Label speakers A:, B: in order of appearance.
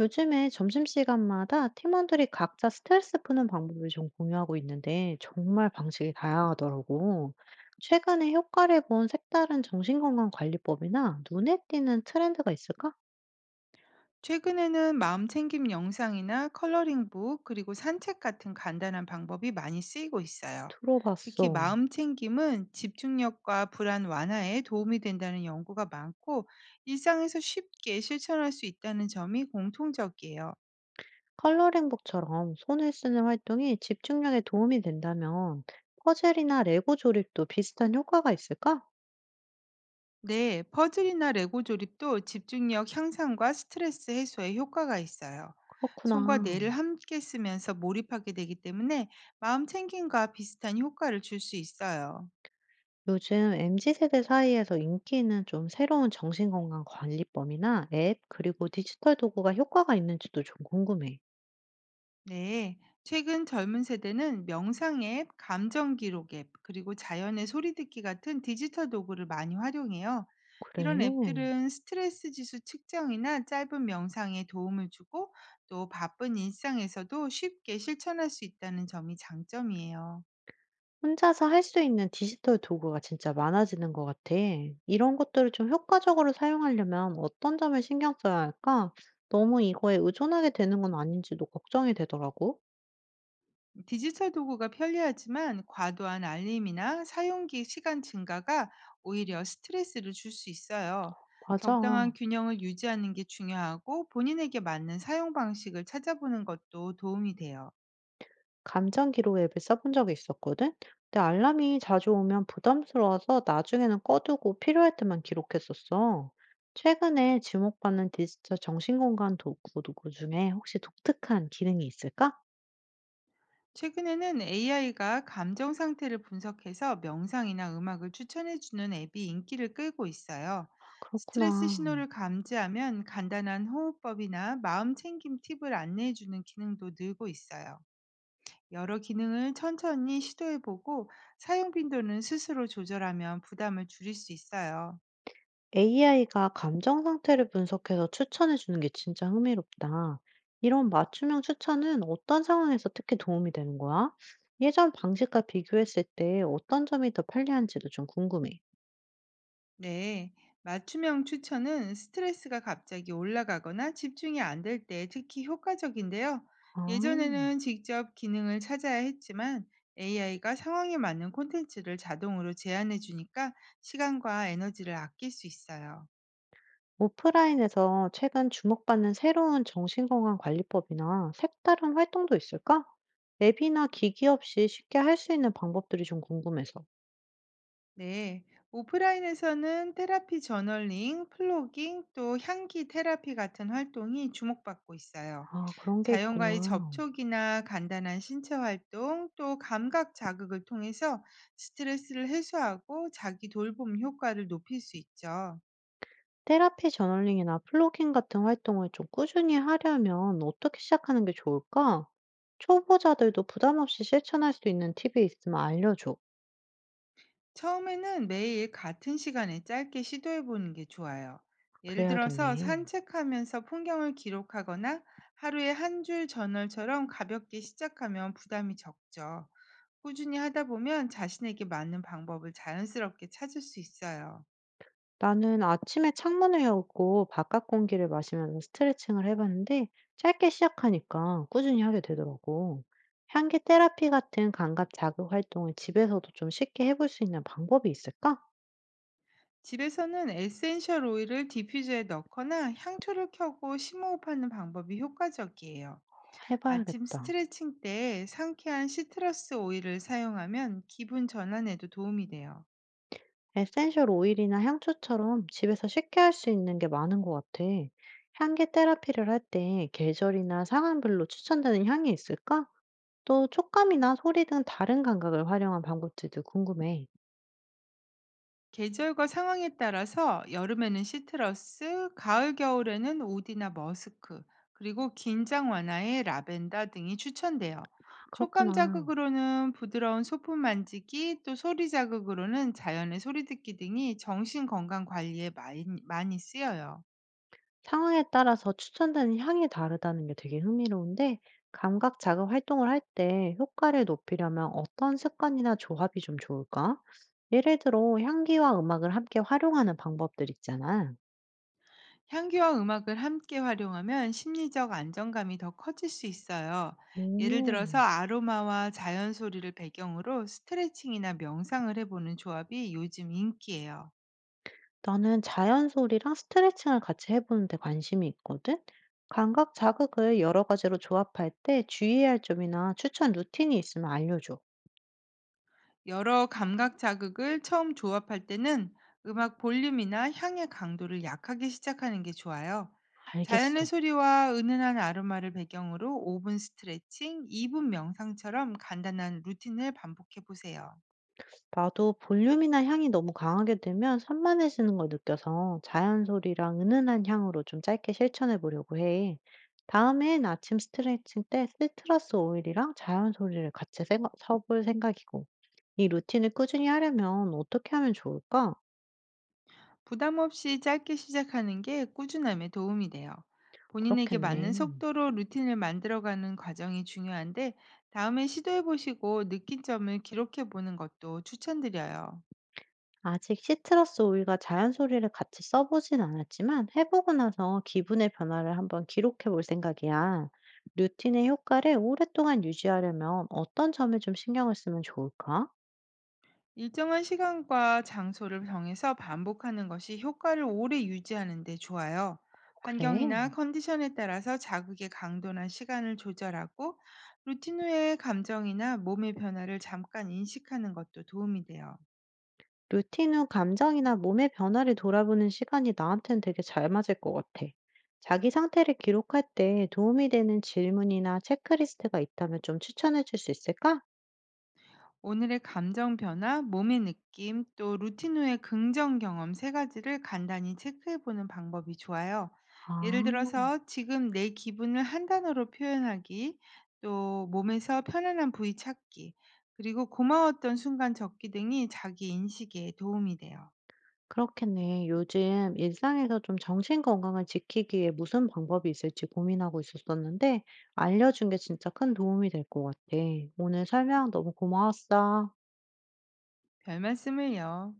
A: 요즘에 점심시간마다 팀원들이 각자 스트레스 푸는 방법을 공유하고 있는데 정말 방식이 다양하더라고. 최근에 효과를 본 색다른 정신건강 관리법이나 눈에 띄는 트렌드가 있을까?
B: 최근에는 마음챙김 영상이나 컬러링북, 그리고 산책 같은 간단한 방법이 많이 쓰이고 있어요. 특히
A: 들어봤어.
B: 마음챙김은 집중력과 불안 완화에 도움이 된다는 연구가 많고 일상에서 쉽게 실천할 수 있다는 점이 공통적이에요.
A: 컬러링북처럼 손을 쓰는 활동이 집중력에 도움이 된다면 퍼즐이나 레고 조립도 비슷한 효과가 있을까?
B: 네, 퍼즐이나 레고 조립도 집중력 향상과 스트레스 해소에 효과가 있어요. 손과
A: 그렇구나.
B: 뇌를 함께 쓰면서 몰입하게 되기 때문에 마음챙김과 비슷한 효과를 줄 수 있어요.
A: 요즘 MZ 세대 사이에서 인기 있는 좀 새로운 정신건강 관리법이나 앱, 그리고 디지털 도구가 효과가 있는지도 좀 궁금해.
B: 네, 최근 젊은 세대는 명상 앱, 감정 기록 앱, 그리고 자연의 소리 듣기 같은 디지털 도구를 많이 활용해요. 이런
A: 그래.
B: 앱들은 스트레스 지수 측정이나 짧은 명상에 도움을 주고 또 바쁜 일상에서도 쉽게 실천할 수 있다는 점이 장점이에요.
A: 혼자서 할 수 있는 디지털 도구가 진짜 많아지는 것 같아. 이런 것들을 좀 효과적으로 사용하려면 어떤 점을 신경 써야 할까? 너무 이거에 의존하게 되는 건 아닌지도 걱정이 되더라고.
B: 디지털 도구가 편리하지만 과도한 알림이나 사용기 시간 증가가 오히려 스트레스를 줄 수 있어요.
A: 맞아.
B: 적당한 균형을 유지하는 게 중요하고 본인에게 맞는 사용 방식을 찾아보는 것도 도움이 돼요.
A: 감정 기록 앱을 써본 적이 있었거든? 근데 알람이 자주 오면 부담스러워서 나중에는 꺼두고 필요할 때만 기록했었어. 최근에 주목받는 디지털 정신건강 도구 중에 혹시 독특한 기능이 있을까?
B: 최근에는 AI가 감정 상태를 분석해서 명상이나 음악을 추천해주는 앱이 인기를 끌고 있어요. 스트레스
A: 그렇구나.
B: 신호를 감지하면 간단한 호흡법이나 마음 챙김 팁을 안내해주는 기능도 늘고 있어요. 여러 기능을 천천히 시도해보고 사용 빈도는 스스로 조절하면 부담을 줄일 수 있어요.
A: AI가 감정 상태를 분석해서 추천해 주는 게 진짜 흥미롭다. 이런 맞춤형 추천은 어떤 상황에서 특히 도움이 되는 거야? 예전 방식과 비교했을 때 어떤 점이 더 편리한지도 좀 궁금해.
B: 네, 맞춤형 추천은 스트레스가 갑자기 올라가거나 집중이 안 될 때 특히 효과적인데요.
A: 아.
B: 예전에는 직접 기능을 찾아야 했지만 AI가 상황에 맞는 콘텐츠를 자동으로 제안해 주니까 시간과 에너지를 아낄 수 있어요.
A: 오프라인에서 최근 주목받는 새로운 정신건강관리법이나 색다른 활동도 있을까? 앱이나 기기 없이 쉽게 할 수 있는 방법들이 좀 궁금해서.
B: 네, 오프라인에서는 테라피 저널링, 플로깅, 또 향기 테라피 같은 활동이 주목받고 있어요.
A: 아, 그런 게
B: 자연과의
A: 있구나.
B: 접촉이나 간단한 신체 활동, 또 감각 자극을 통해서 스트레스를 해소하고 자기 돌봄 효과를 높일 수 있죠.
A: 테라피 저널링이나 플로깅 같은 활동을 좀 꾸준히 하려면 어떻게 시작하는 게 좋을까? 초보자들도 부담 없이 실천할 수 있는 팁이 있으면 알려줘.
B: 처음에는 매일 같은 시간에 짧게 시도해 보는 게 좋아요. 예를 들어서
A: 그래야겠네.
B: 산책하면서 풍경을 기록하거나 하루에 한 줄 저널처럼 가볍게 시작하면 부담이 적죠. 꾸준히 하다 보면 자신에게 맞는 방법을 자연스럽게 찾을 수 있어요.
A: 나는 아침에 창문을 열고 바깥 공기를 마시면서 스트레칭을 해봤는데 짧게 시작하니까 꾸준히 하게 되더라고. 향기 테라피 같은 감각 자극 활동을 집에서도 좀 쉽게 해볼 수 있는 방법이 있을까?
B: 집에서는 에센셜 오일을 디퓨저에 넣거나 향초를 켜고 심호흡하는 방법이 효과적이에요. 아침
A: 해봐야겠다.
B: 스트레칭 때 상쾌한 시트러스 오일을 사용하면 기분 전환에도 도움이 돼요.
A: 에센셜 오일이나 향초처럼 집에서 쉽게 할 수 있는 게 많은 것 같아. 향기 테라피를 할 때 계절이나 상황별로 추천되는 향이 있을까? 또 촉감이나 소리 등 다른 감각을 활용한 방법들도 궁금해.
B: 계절과 상황에 따라서 여름에는 시트러스, 가을, 겨울에는 오디나 머스크, 그리고 긴장 완화에 라벤더 등이 추천돼요.
A: 아,
B: 촉감
A: 그렇구나.
B: 자극으로는 부드러운 소품 만지기, 또 소리 자극으로는 자연의 소리 듣기 등이 정신 건강 관리에 많이 쓰여요.
A: 상황에 따라서 추천되는 향이 다르다는 게 되게 흥미로운데, 감각 자극 활동을 할 때 효과를 높이려면 어떤 습관이나 조합이 좀 좋을까? 예를 들어, 향기와 음악을 함께 활용하는 방법들 있잖아.
B: 향기와 음악을 함께 활용하면 심리적 안정감이 더 커질 수 있어요. 예를
A: 오,
B: 들어서 아로마와 자연 소리를 배경으로 스트레칭이나 명상을 해보는 조합이 요즘 인기예요.
A: 나는 자연 소리랑 스트레칭을 같이 해보는데 관심이 있거든? 감각 자극을 여러 가지로 조합할 때 주의해야 할 점이나 추천 루틴이 있으면 알려줘.
B: 여러 감각 자극을 처음 조합할 때는 음악 볼륨이나 향의 강도를 약하게 시작하는 게 좋아요. 자연의
A: 알겠어.
B: 소리와 은은한 아로마를 배경으로 5분 스트레칭, 2분 명상처럼 간단한 루틴을 반복해 보세요.
A: 나도 볼륨이나 향이 너무 강하게 되면 산만해지는 걸 느껴서 자연 소리랑 은은한 향으로 좀 짧게 실천해 보려고 해. 다음엔 아침 스트레칭 때 시트러스 오일이랑 자연 소리를 같이 생각, 섞을 생각이고. 이 루틴을 꾸준히 하려면 어떻게 하면 좋을까?
B: 부담 없이 짧게 시작하는 게 꾸준함에 도움이 돼요. 본인에게 맞는
A: 그렇겠네.
B: 속도로 루틴을 만들어가는 과정이 중요한데 다음에 시도해보시고 느낀 점을 기록해보는 것도 추천드려요.
A: 아직 시트러스 오일과 자연 소리를 같이 써보진 않았지만 해보고 나서 기분의 변화를 한번 기록해 볼 생각이야. 루틴의 효과를 오랫동안 유지하려면 어떤 점에 좀 신경을 쓰면 좋을까?
B: 일정한 시간과 장소를 정해서 반복하는 것이 효과를 오래 유지하는 데 좋아요.
A: 그래.
B: 환경이나 컨디션에 따라서 자극의 강도나 시간을 조절하고 루틴 후의 감정이나 몸의 변화를 잠깐 인식하는 것도 도움이 돼요.
A: 루틴 후 감정이나 몸의 변화를 돌아보는 시간이 나한테는 되게 잘 맞을 것 같아. 자기 상태를 기록할 때 도움이 되는 질문이나 체크리스트가 있다면 좀 추천해 줄 수 있을까?
B: 오늘의 감정 변화, 몸의 느낌, 또 루틴 후의 긍정 경험 세 가지를 간단히 체크해 보는 방법이 좋아요. 예를
A: 아.
B: 들어서 지금 내 기분을 한 단어로 표현하기, 또 몸에서 편안한 부위 찾기, 그리고 고마웠던 순간 적기 등이 자기 인식에 도움이 돼요.
A: 그렇겠네. 요즘 일상에서 좀 정신 건강을 지키기에 무슨 방법이 있을지 고민하고 있었었는데, 알려준 게 진짜 큰 도움이 될 것 같아. 오늘 설명 너무 고마웠어.
B: 별 말씀을요.